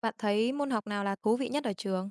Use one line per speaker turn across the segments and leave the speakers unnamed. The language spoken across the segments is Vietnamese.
Bạn thấy môn học nào là thú vị nhất ở trường?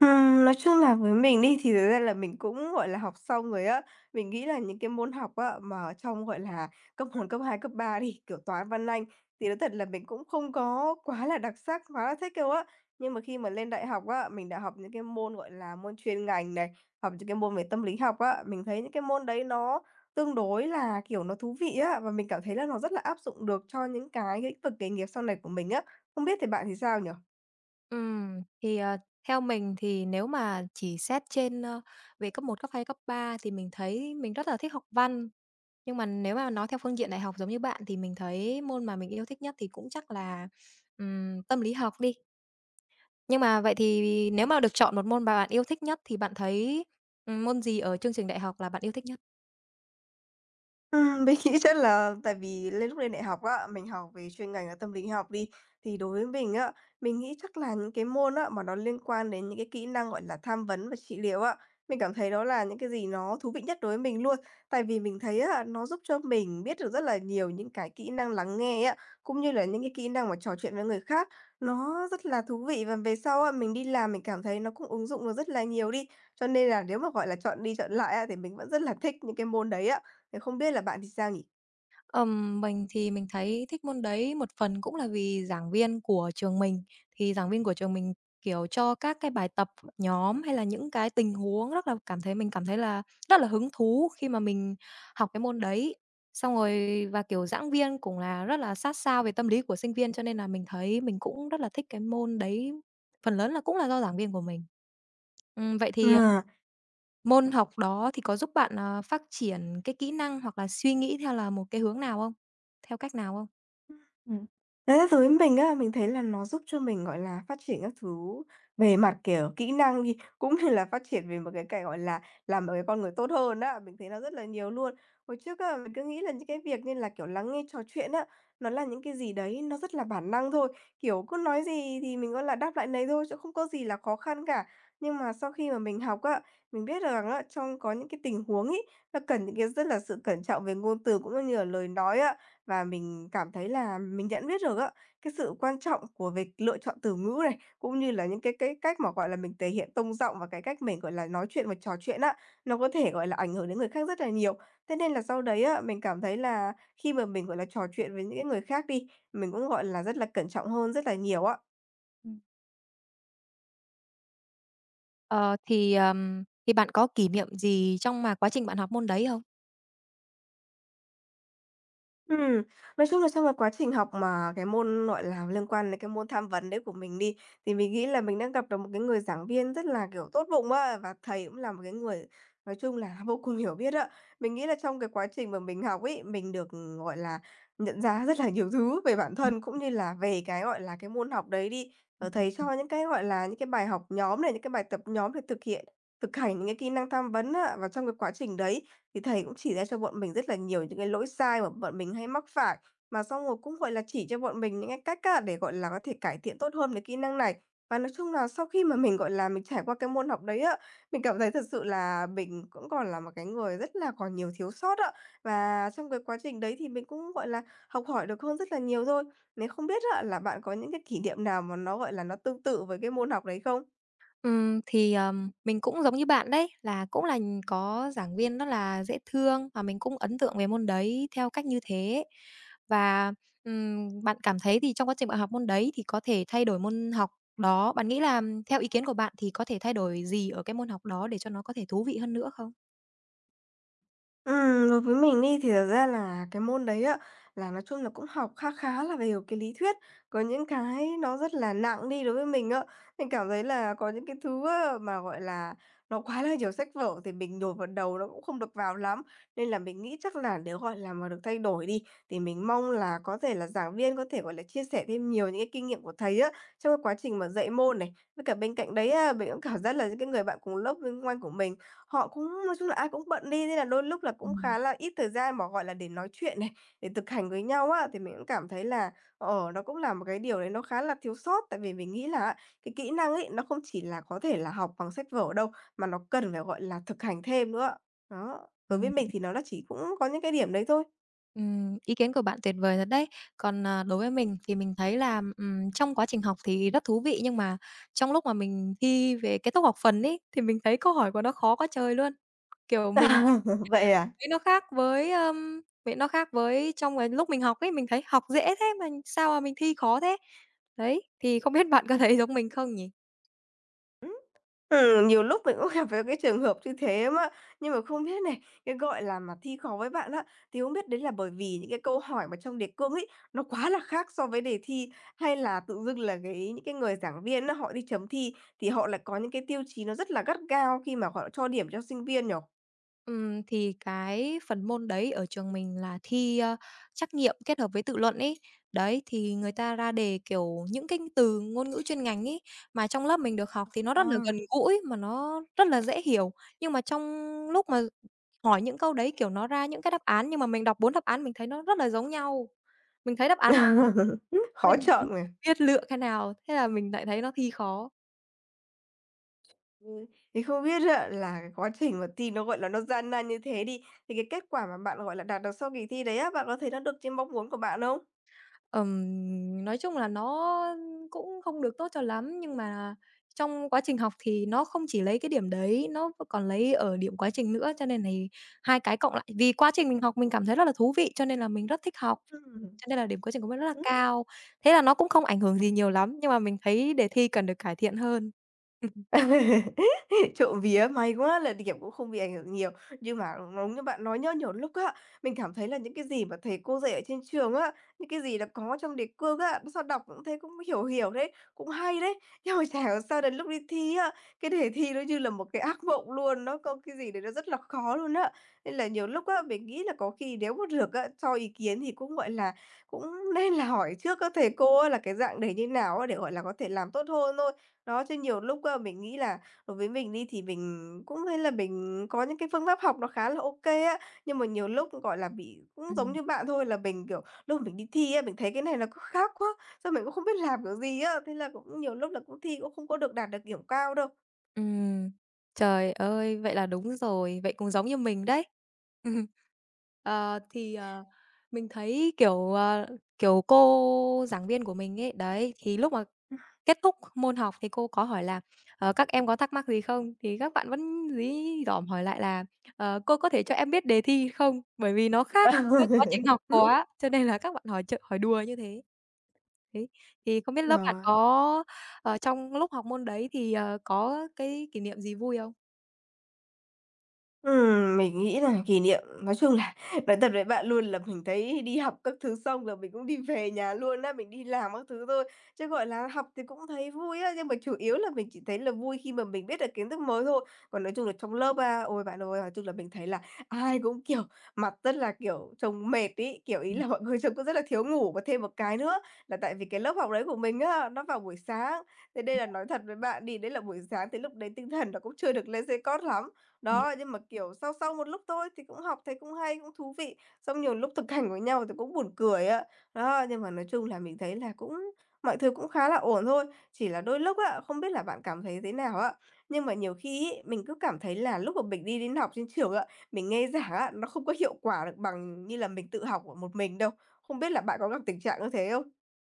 Nói chung là với mình đi thì thực ra là mình cũng, gọi là, học xong rồi á. Mình nghĩ là những cái môn học á, mà ở trong, gọi là, cấp một cấp 2 cấp 3 đi, kiểu, Toán, Văn, Anh, thì nói thật là mình cũng không có quá là đặc sắc, quá là thích đâu á. Nhưng mà khi mà lên đại học á, mình đã học những cái môn, gọi là, môn chuyên ngành này, học những cái môn về tâm lý học á, mình thấy những cái môn đấy nó tương đối là, kiểu, nó thú vị á, và mình cảm thấy là nó rất là áp dụng được cho những cái lĩnh vực nghề nghiệp sau này của mình á. Không biết thì bạn thì sao nhỉ?
Ừm, thì, ờ, theo mình thì nếu mà chỉ xét trên, về cấp một cấp 2 cấp 3 thì mình thấy mình rất là thích học văn. Nhưng mà nếu mà nói theo phương diện đại học giống như bạn thì mình thấy môn mà mình yêu thích nhất thì cũng chắc là, tâm lý học đi. Nhưng mà vậy thì nếu mà được chọn một môn mà bạn yêu thích nhất thì bạn thấy, môn gì ở chương trình đại học là bạn yêu thích nhất?
Mình nghĩ chắc là tại vì lúc lên đại học á, mình học về chuyên ngành là tâm lý học đi, thì đối với mình á, mình nghĩ chắc là những cái môn á, mà nó liên quan đến những cái kỹ năng, gọi là, tham vấn và trị liệu á, mình cảm thấy đó là những cái gì nó thú vị nhất đối với mình luôn. Tại vì mình thấy á, nó giúp cho mình biết được rất là nhiều những cái kỹ năng lắng nghe á, cũng như là những cái kỹ năng mà trò chuyện với người khác, nó rất là thú vị. Và về sau á, mình đi làm mình cảm thấy nó cũng ứng dụng được rất là nhiều đi. Cho nên là nếu mà, gọi là, chọn đi chọn lại á, thì mình vẫn rất là thích những cái môn đấy á. Thế không biết là bạn thì sao nhỉ?
Mình thì mình thấy thích môn đấy một phần cũng là vì giảng viên của trường mình. Thì giảng viên của trường mình, kiểu, cho các cái bài tập nhóm hay là những cái tình huống rất là cảm thấy mình cảm thấy là rất là hứng thú khi mà mình học cái môn đấy. Xong rồi và, kiểu, giảng viên cũng là rất là sát sao về tâm lý của sinh viên, cho nên là mình thấy mình cũng rất là thích cái môn đấy, phần lớn là cũng là do giảng viên của mình. Vậy thì
Ờ.
Môn học đó thì có giúp bạn, phát triển cái kỹ năng hoặc là suy nghĩ theo là một cái hướng nào không? Theo cách nào không?
Ừm. Thế với mình á, mình thấy là nó giúp cho mình, gọi là, phát triển các thứ về mặt, kiểu, kỹ năng đi, cũng như là phát triển về một cái, gọi là, làm một cái con người tốt hơn á, mình thấy nó rất là nhiều luôn. Hồi trước á, mình cứ nghĩ là những cái việc như là, kiểu, lắng nghe, trò chuyện á, nó là những cái gì đấy nó rất là bản năng thôi, kiểu, cứ nói gì thì mình, gọi là, đáp lại nấy thôi chứ không có gì là khó khăn cả. Nhưng mà sau khi mà mình học á, mình biết được rằng á, trong có những cái tình huống ấy, nó cần những cái rất là sự cẩn trọng về ngôn từ cũng như là lời nói á. Và mình cảm thấy là mình nhận biết được á, cái sự quan trọng của việc lựa chọn từ ngữ này, cũng như là những cái cách mà, gọi là, mình thể hiện tông giọng và cái cách mình, gọi là, nói chuyện và trò chuyện á, nó có thể, gọi là, ảnh hưởng đến người khác rất là nhiều. Thế nên là sau đấy á, mình cảm thấy là khi mà mình, gọi là, trò chuyện với những cái người khác đi, mình cũng, gọi là, rất là cẩn trọng hơn rất là nhiều á.
Ừm. Ờ, thì bạn có kỷ niệm gì trong mà quá trình bạn học môn đấy không?
Ừm, nói chung là trong cái quá trình học mà cái môn, gọi là, liên quan đến cái môn tham vấn đấy của mình đi, thì mình nghĩ là mình đang gặp được một cái người giảng viên rất là, kiểu, tốt bụng á, và thầy cũng là một cái người nói chung là vô cùng hiểu biết á. Mình nghĩ là trong cái quá trình mà mình học ấy, mình được, gọi là, nhận ra rất là nhiều thứ về bản thân cũng như là về cái, gọi là, cái môn học đấy đi. Ờ, thầy cho những cái, gọi là, những cái bài học nhóm này, những cái bài tập nhóm để thực hiện thực hành những cái kỹ năng tham vấn á. Và trong cái quá trình đấy thì thầy cũng chỉ ra cho bọn mình rất là nhiều những cái lỗi sai mà bọn mình hay mắc phải, mà xong rồi cũng, gọi là, chỉ cho bọn mình những cái cách á, để, gọi là, có thể cải thiện tốt hơn cái kỹ năng này. Và nói chung là sau khi mà mình, gọi là, mình trải qua cái môn học đấy á, mình cảm thấy thật sự là mình cũng còn là một cái người rất là còn nhiều thiếu sót ạ. Và trong cái quá trình đấy thì mình cũng, gọi là, học hỏi được hơn rất là nhiều thôi. Nếu không biết á là bạn có những cái kỷ niệm nào mà nó, gọi là, nó tương tự với cái môn học đấy không?
Mình cũng giống như bạn đấy, là cũng là có giảng viên rất là dễ thương và mình cũng ấn tượng về môn đấy theo cách như thế. Và, bạn cảm thấy thì trong quá trình bạn học môn đấy thì có thể thay đổi môn học đó bạn nghĩ là theo ý kiến của bạn thì có thể thay đổi gì ở cái môn học đó để cho nó có thể thú vị hơn nữa không?
Đối với mình đi thì thật ra là cái môn đấy á, là nói chung là cũng học khá khá là về cái lý thuyết, có những cái nó rất là nặng đi đối với mình á. Mình cảm thấy là có những cái thứ á mà, gọi là, nó quá là nhiều sách vở thì mình nhồi vào đầu nó cũng không được vào lắm. Nên là mình nghĩ chắc là nếu, gọi là, mà được thay đổi đi, thì mình mong là có thể là giảng viên có thể, gọi là, chia sẻ thêm nhiều những cái kinh nghiệm của thầy á, trong cái quá trình mà dạy môn này. Với cả bên cạnh đấy á, mình cũng cảm giác là những cái người bạn cùng lớp xung quanh của mình. Họ cũng nói chung là ai cũng bận đi nên là đôi lúc là cũng khá là ít thời gian mà, gọi là, để nói chuyện này, để thực hành với nhau á, thì mình cũng cảm thấy là, ờ, nó cũng là một cái điều đấy nó khá là thiếu sót. Tại vì mình nghĩ là á, cái kỹ năng ấy, nó không chỉ là có thể là học bằng sách vở đâu, mà nó cần phải, gọi là, thực hành thêm nữa. Đó, đối với
Ừm,
mình thì nó là chỉ cũng có những cái điểm đấy thôi.
ý kiến của bạn tuyệt vời thật đấy. Còn, à, đối với mình thì mình thấy là, trong quá trình học thì rất thú vị, nhưng mà trong lúc mà mình thi về kết thúc học phần ấy, thì mình thấy câu hỏi của nó khó quá trời luôn. Kiểu, mình
Vậy à?
thấy nó khác với, vậy nó khác với trong cái lúc mình học ấy, mình thấy học dễ thế mà sao mà mình thi khó thế. Đấy, thì không biết bạn có thấy giống mình không nhỉ?
Ừ, nhiều lúc mình cũng gặp phải cái trường hợp như thế á, nhưng mà không biết này, cái, gọi là, mà thi khó với bạn á, thì không biết đấy là bởi vì những cái câu hỏi mà trong đề cương ấy, nó quá là khác so với đề thi, hay là tự dưng là cái những cái người giảng viên á, họ đi chấm thi thì họ lại có những cái tiêu chí nó rất là gắt gao khi mà họ cho điểm cho sinh viên nhỉ?
Thì cái phần môn đấy ở trường mình là thi, trắc nghiệm kết hợp với tự luận ấy. Đấy, thì người ta ra đề, kiểu, những cái từ ngôn ngữ chuyên ngành ấy, mà trong lớp mình được học thì nó
Ờ.
rất là gần gũi, mà nó rất là dễ hiểu. Nhưng mà trong lúc mà hỏi những câu đấy, kiểu, nó ra những cái đáp án nhưng mà mình đọc 4 đáp án mình thấy nó rất là giống nhau. Mình thấy đáp án cho
Khó
nên
chọn
mình
mà.
không biết lựa cái nào, thế là mình lại thấy nó thi khó.
Ừ, thì không biết á, là cái quá trình mà thi nó, gọi là, nó gian nan như thế đi, thì cái kết quả mà bạn, gọi là, đạt được sau kỳ thi đấy á, bạn có thấy nó được trên mong muốn của bạn không?
Nói chung là nó cũng không được tốt cho lắm, nhưng mà trong quá trình học thì nó không chỉ lấy cái điểm đấy, nó còn lấy ở điểm quá trình nữa, cho nên này hai cái cộng lại. Vì quá trình mình học mình cảm thấy rất là thú vị, cho nên là mình rất thích học,
Ừm.
cho nên là điểm quá trình của mình rất là
Ừm.
cao. Thế là nó cũng không ảnh hưởng gì nhiều lắm, nhưng mà mình thấy đề thi cần được cải thiện hơn.
Trộm vía may quá là điểm cũng không bị ảnh hưởng nhiều. Nhưng mà đúng như bạn nói nhá, nhiều lúc á, mình cảm thấy là những cái gì mà thầy cô dạy ở trên trường á, những cái gì là có trong đề cương á, sao đọc cũng thấy cũng hiểu hiểu đấy, cũng hay đấy. Nhưng mà chả hiểu sao đến lúc đi thi á, cái đề thi nó như là một cái ác mộng luôn, nó có cái gì đấy nó rất là khó luôn á. Nên là nhiều lúc á, mình nghĩ là có khi nếu mà được á, cho ý kiến thì cũng, gọi là, cũng nên là hỏi trước các thầy cô á là cái dạng đề như nào á để, gọi là, có thể làm tốt hơn thôi. Đó, chứ nhiều lúc á, mình nghĩ là đối với mình đi thì mình cũng thấy là mình có những cái phương pháp học nó khá là ok á, nhưng mà nhiều lúc, gọi là, bị cũng giống
Ừm.
như bạn thôi là mình, kiểu, lúc mình đi thi á, mình thấy cái này nó cứ khác quá, xong mình cũng không biết làm kiểu gì á, thế là cũng nhiều lúc là cũng thi cũng không có được đạt được điểm cao đâu.
Ừm, trời ơi, vậy là đúng rồi, vậy cũng giống như mình đấy. Ờ, thì, ờ, mình thấy cô giảng viên của mình ấy, đấy, thì lúc mà kết thúc môn học thì cô có hỏi là "Ờ, các em có thắc mắc gì không?" Thì các bạn vẫn dí dỏm hỏi lại là "Ờ, cô có thể cho em biết đề thi không?" Bởi vì nó khác với quá trình học
Ừm,
quá, cho nên là các bạn hỏi đùa như thế. Đấy, thì không biết lớp bạn
ờ.
có, trong lúc học môn đấy thì, có cái kỷ niệm gì vui không?
Mình nghĩ là kỷ niệm nói chung là nói thật với bạn luôn là mình thấy đi học các thứ xong là mình cũng đi về nhà luôn á, mình đi làm các thứ thôi. Chứ, gọi là, học thì cũng thấy vui á, nhưng mà chủ yếu là mình chỉ thấy là vui khi mà mình biết được kiến thức mới thôi. Còn nói chung là trong lớp à, ôi, bạn ơi, nói chung là mình thấy là ai cũng, kiểu, mặt rất là, kiểu, trông mệt ý kiểu, ý là mọi người trông cũng rất là thiếu ngủ. Và thêm một cái nữa là tại vì cái lớp học đấy của mình á, nó vào buổi sáng, thế đây là nói thật với bạn đi, đấy là buổi sáng thì lúc đấy tinh thần nó cũng chưa được lên dây cót lắm. Đó, nhưng mà, kiểu, sau sau một lúc thôi thì cũng học thấy cũng hay, cũng thú vị, xong nhiều lúc thực hành với nhau thì cũng buồn cười á. Đó, nhưng mà nói chung là mình thấy là cũng mọi thứ cũng khá là ổn thôi, chỉ là đôi lúc á, không biết là bạn cảm thấy thế nào á, nhưng mà nhiều khi ấy, mình cứ cảm thấy là lúc mà mình đi đến học trên trường á, mình nghe giảng á, nó không có hiệu quả được bằng như là mình tự học của một mình đâu. Không biết là bạn có gặp tình trạng như thế không?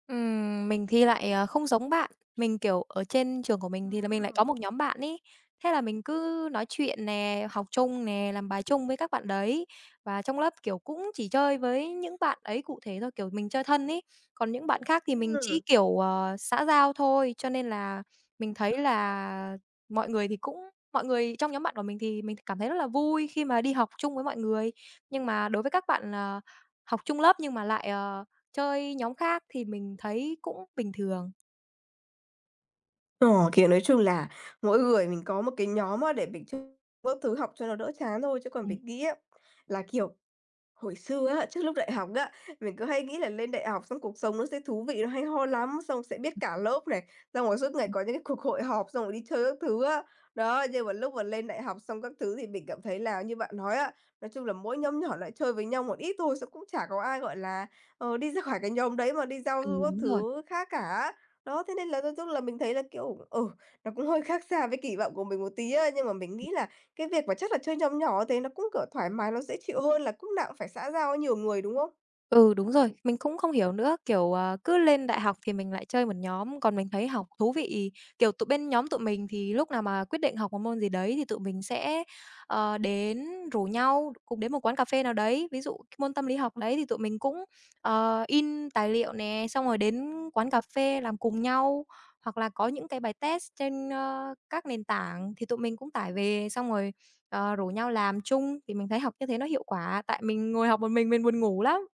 Mình thì lại, không giống bạn. Mình, kiểu, ở trên trường của mình thì là mình lại có
Ừm.
một nhóm bạn ấy, thế là mình cứ nói chuyện nè, học chung nè, làm bài chung với các bạn đấy. Và trong lớp, kiểu, cũng chỉ chơi với những bạn ấy cụ thể thôi, kiểu, mình chơi thân ấy, còn những bạn khác thì mình
Ừm.
chỉ, kiểu, xã giao thôi. Cho nên là mình thấy là mọi người thì cũng mọi người trong nhóm bạn của mình thì mình cảm thấy rất là vui khi mà đi học chung với mọi người. Nhưng mà đối với các bạn, học chung lớp nhưng mà lại, chơi nhóm khác thì mình thấy cũng bình thường.
Ờ, kiểu, nói chung là mỗi người mình có một cái nhóm á để mình chưng các thứ học cho nó đỡ chán thôi, chứ còn
Ừm,
mình nghĩ á là, kiểu, hồi xưa á, trước lúc đại học á, mình cứ hay nghĩ là lên đại học xong cuộc sống nó sẽ thú vị, nó hay ho lắm, xong sẽ biết cả lớp này, xong rồi suốt ngày có những cái cuộc hội họp, xong rồi đi chơi các thứ á. Đó, nhưng mà lúc mà lên đại học xong các thứ thì mình cảm thấy là như bạn nói á, nói chung là mỗi nhóm nhỏ lại chơi với nhau một ít thôi, xong cũng chả có ai, gọi là, ờ, đi ra khỏi cái nhóm đấy mà đi giao
ừ,
du các
đúng rồi.
thứ khác cả. Đó, thế nên là nói chung là mình thấy là, kiểu, ừ, nó cũng hơi khác xa với kỳ vọng của mình một tí á, nhưng mà mình nghĩ là cái việc mà chắc là chơi nhóm nhỏ thế nó cũng, kiểu, thoải mái, nó dễ chịu hơn là lúc nào cũng phải xã giao với nhiều người, đúng không?
Ừ, đúng rồi, mình cũng không hiểu nữa, kiểu, à, cứ lên đại học thì mình lại chơi một nhóm, còn mình thấy học thú vị. Kiểu, tụi bên nhóm tụi mình thì lúc nào mà quyết định học một môn gì đấy thì tụi mình sẽ, ờ, đến rủ nhau cùng đến một quán cà phê nào đấy. Ví dụ cái môn tâm lý học đấy thì tụi mình cũng, in tài liệu nè, xong rồi đến quán cà phê làm cùng nhau, hoặc là có những cái bài test trên, các nền tảng thì tụi mình cũng tải về, xong rồi, rủ nhau làm chung thì mình thấy học như thế nó hiệu quả, tại mình ngồi học một mình buồn ngủ lắm.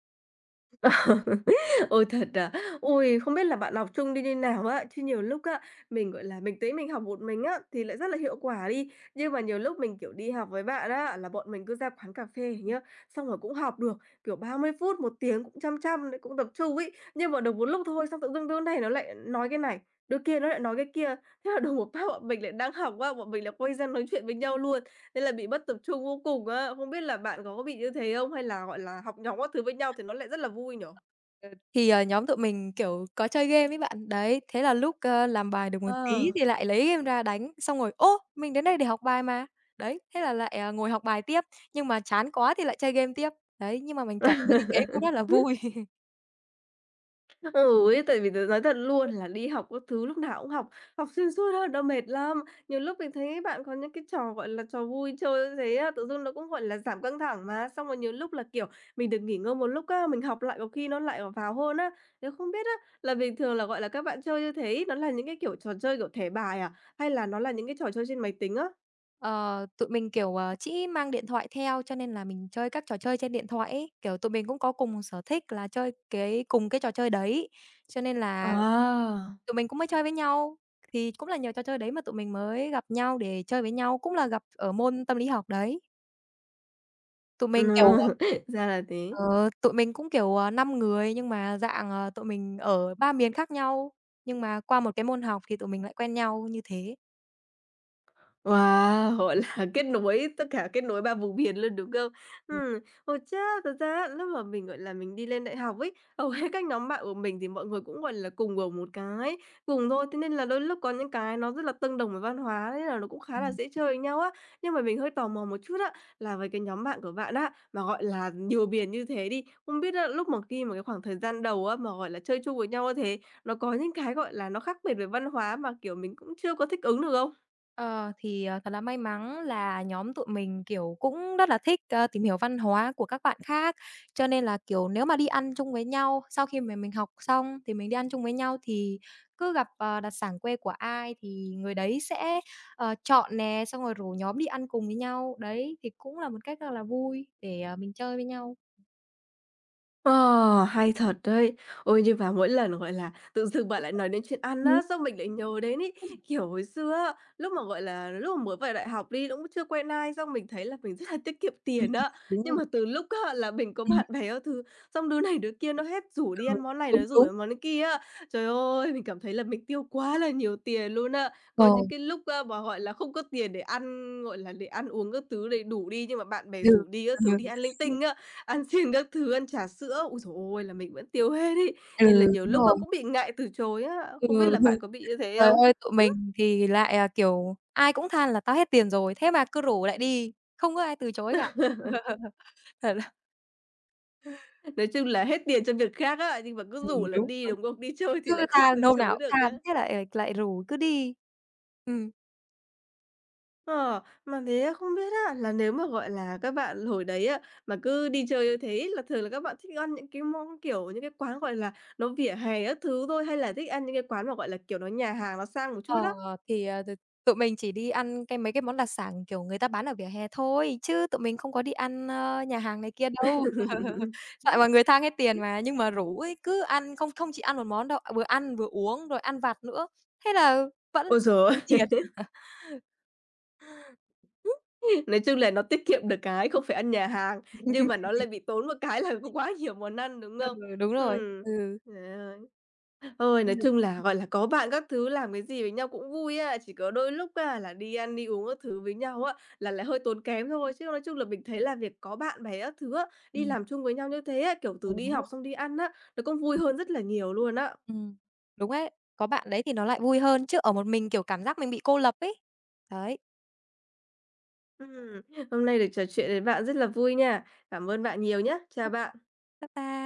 Ôi, thật à? Ôi, không biết là bạn học chung đi như nào á, chứ nhiều lúc á, mình, gọi là, mình thấy mình học một mình á, thì lại rất là hiệu quả đi. Nhưng mà nhiều lúc mình, kiểu, đi học với bạn á, là bọn mình cứ ra quán cà phê nhá, xong rồi cũng học được, kiểu, 30 phút, một tiếng cũng chăm chăm đấy, cũng tập trung ấy. Nhưng mà được một lúc thôi, xong tự dưng đứa này nó lại nói cái này, đứa kia nó lại nói cái kia, thế là đùng một phát bọn mình lại đang học á, bọn mình lại quay ra nói chuyện với nhau luôn, nên là bị mất tập trung vô cùng á. Không biết là bạn có bị như thế không? Hay là, gọi là, học nhóm các thứ với nhau thì nó lại rất là vui nhỉ?
Ờ, nhóm tụi mình, kiểu, có chơi game ấy bạn. Đấy, thế là lúc, làm bài được một
Ờ.
tí thì lại lấy game ra đánh, xong rồi "Ô, mình đến đây để học bài mà." Đấy, thế là lại, à, ngồi học bài tiếp, nhưng mà chán quá thì lại chơi game tiếp. Đấy, nhưng mà mình cảm thấy như thế cũng rất là vui.
Ừ ấy, tại vì tớ nói thật luôn là đi học các thứ lúc nào cũng học, học xuyên suốt thôi đâu mệt lắm. Nhiều lúc mình thấy bạn có những cái trò, gọi là, trò vui chơi như thế á, tự dưng nó cũng, gọi là, giảm căng thẳng mà. Xong rồi nhiều lúc là, kiểu, mình được nghỉ ngơi một lúc á, mình học lại có khi nó lại vào hơn á. Tớ không biết á, là bình thường là, gọi là, các bạn chơi như thế nó là những cái kiểu trò chơi kiểu thẻ bài à? Hay là nó là những cái trò chơi trên máy tính á?
Ờ, tụi mình, kiểu, chỉ mang điện thoại theo cho nên là mình chơi các trò chơi trên điện thoại ấy. Kiểu, tụi mình cũng có cùng sở thích là chơi cùng cái trò chơi đấy, cho nên là
À!
tụi mình cũng mới chơi với nhau. Thì cũng là nhờ trò chơi đấy mà tụi mình mới gặp nhau để chơi với nhau, cũng là gặp ở môn tâm lý học đấy. Tụi
Ờ,
mình, kiểu,
ra là thế.
ờ, tụi mình cũng, kiểu, 5 người nhưng mà dạng, tụi mình ở 3 miền khác nhau, nhưng mà qua một cái môn học thì tụi mình lại quen nhau như thế.
Wow, gọi là kết nối tất cả kết nối 3 vùng miền luôn, đúng không?
Ừm.
Ừ, hồi trước thật ra lúc mà mình, gọi là, mình đi lên đại học ấy, hầu hết các nhóm bạn của mình thì mọi người cũng, gọi là, cùng ở một cái vùng thôi, thế nên là đôi lúc có những cái nó rất là tương đồng về văn hóa, nên là nó cũng khá là dễ chơi với nhau á. Nhưng mà mình hơi tò mò một chút á, là với cái nhóm bạn của bạn á, mà, gọi là, nhiều miền như thế đi, không biết á, lúc mà khi mà cái khoảng thời gian đầu á, mà, gọi là, chơi chung với nhau như thế, nó có những cái, gọi là, nó khác biệt về văn hóa mà, kiểu, mình cũng chưa có thích ứng được không?
Thật là may mắn là nhóm tụi mình, kiểu, cũng rất là thích, tìm hiểu văn hóa của các bạn khác, cho nên là, kiểu, nếu mà đi ăn chung với nhau, sau khi mà mình học xong thì mình đi ăn chung với nhau thì cứ gặp, đặc sản quê của ai thì người đấy sẽ, chọn nè, xong rồi rủ nhóm đi ăn cùng với nhau. Đấy, thì cũng là một cách rất là vui để, mình chơi với nhau.
Ờ, hay thật đấy. Ôi, nhưng mà mỗi lần, gọi là, tự dưng bạn lại nói đến chuyện ăn
Ừm.
á, xong mình lại nhớ đến ấy. Kiểu hồi xưa á, lúc mà, gọi là, lúc mà mới vào đại học đi, cũng chưa quen ai, xong mình thấy là mình rất là tiết kiệm
Ừm,
tiền á.
đúng
Nhưng
rồi.
mà từ lúc á là mình có
Ừm,
bạn bè các thứ, xong đứa này đứa kia nó hết rủ đi
ừ,
ăn món này,
đúng,
nó rủ
đúng.
đến món kia á. Trời ơi, mình cảm thấy là mình tiêu quá là nhiều tiền luôn á.
Ờ,
Có những cái lúc á mà, gọi là, không có tiền để ăn, gọi là, để ăn uống các thứ đầy đủ đi, nhưng mà bạn bè
ừ,
rủ đi các thứ,
ừ,
đi ăn linh tinh á. Ăn xiên các thứ, ăn trà sữa, ôi giời ôi, là mình vẫn tiêu hết ấy,
ừ,
nên là nhiều
đúng
lúc á
rồi.
cũng bị ngại từ chối á, không biết
Ừ.
là bạn có bị như thế
Trời
không?
ơi, tụi mình thì lại, à, kiểu, ai cũng than là "Tao hết tiền rồi", thế mà cứ rủ lại đi, không có ai từ chối cả. Thật là
Nói chung là hết tiền cho việc khác á, nhưng mà cứ rủ là
đúng,
đi,
đúng,
đúng không? Đi chơi thì lại
cứ
không
than,
từ
hôm nào
chối
cũng
được á.
than, thế lại lại rủ cứ đi. Ừm,
Ờ, mà thế á, không biết á, là nếu mà, gọi là, các bạn hồi đấy á, mà cứ đi chơi như thế là thường là các bạn thích ăn những cái món, kiểu, những cái quán, gọi là, nó vỉa hè các thứ thôi, hay là thích ăn những cái quán mà, gọi là, kiểu, nó nhà hàng nó sang một chút
ờ,
á?
thì, ờ, t Tụi mình chỉ đi ăn cái mấy cái món đặc sản, kiểu, người ta bán ở vỉa hè thôi, chứ tụi mình không có đi ăn, nhà hàng này kia đâu. Tại mọi người than hết tiền mà, nhưng mà rủ ấy, cứ ăn, không không chỉ ăn một món đâu, vừa ăn vừa uống rồi ăn vặt nữa, thế là vẫn là
Ôi giời ơi!
tốn tiền.
Nói chung là nó tiết kiệm được cái không phải ăn nhà hàng, nhưng mà nó lại bị tốn một cái là có quá nhiều món ăn, đúng
Ừ,
không?
đúng rồi.
Ừm,
Ừ.
trời ơi. Ôi, nói
Ừm.
chung là, gọi là, có bạn các thứ làm cái gì với nhau cũng vui á, chỉ có đôi lúc á là đi ăn đi uống các thứ với nhau á, là lại hơi tốn kém thôi. Chứ nói chung là mình thấy là việc có bạn bè các thứ á, đi
Ừm,
làm chung với nhau như thế á, kiểu, từ
ừ,
đi
đúng rồi.
học xong đi ăn á, nó cũng vui hơn rất là nhiều luôn á.
Ừm, đúng ấy. Có bạn đấy thì nó lại vui hơn, chứ ở một mình, kiểu, cảm giác mình bị cô lập ấy. Đấy.
Ừm, hôm nay được trò chuyện với bạn rất là vui nha. Cảm ơn bạn nhiều nhá. Chào
Bye,
bạn.
bye bye.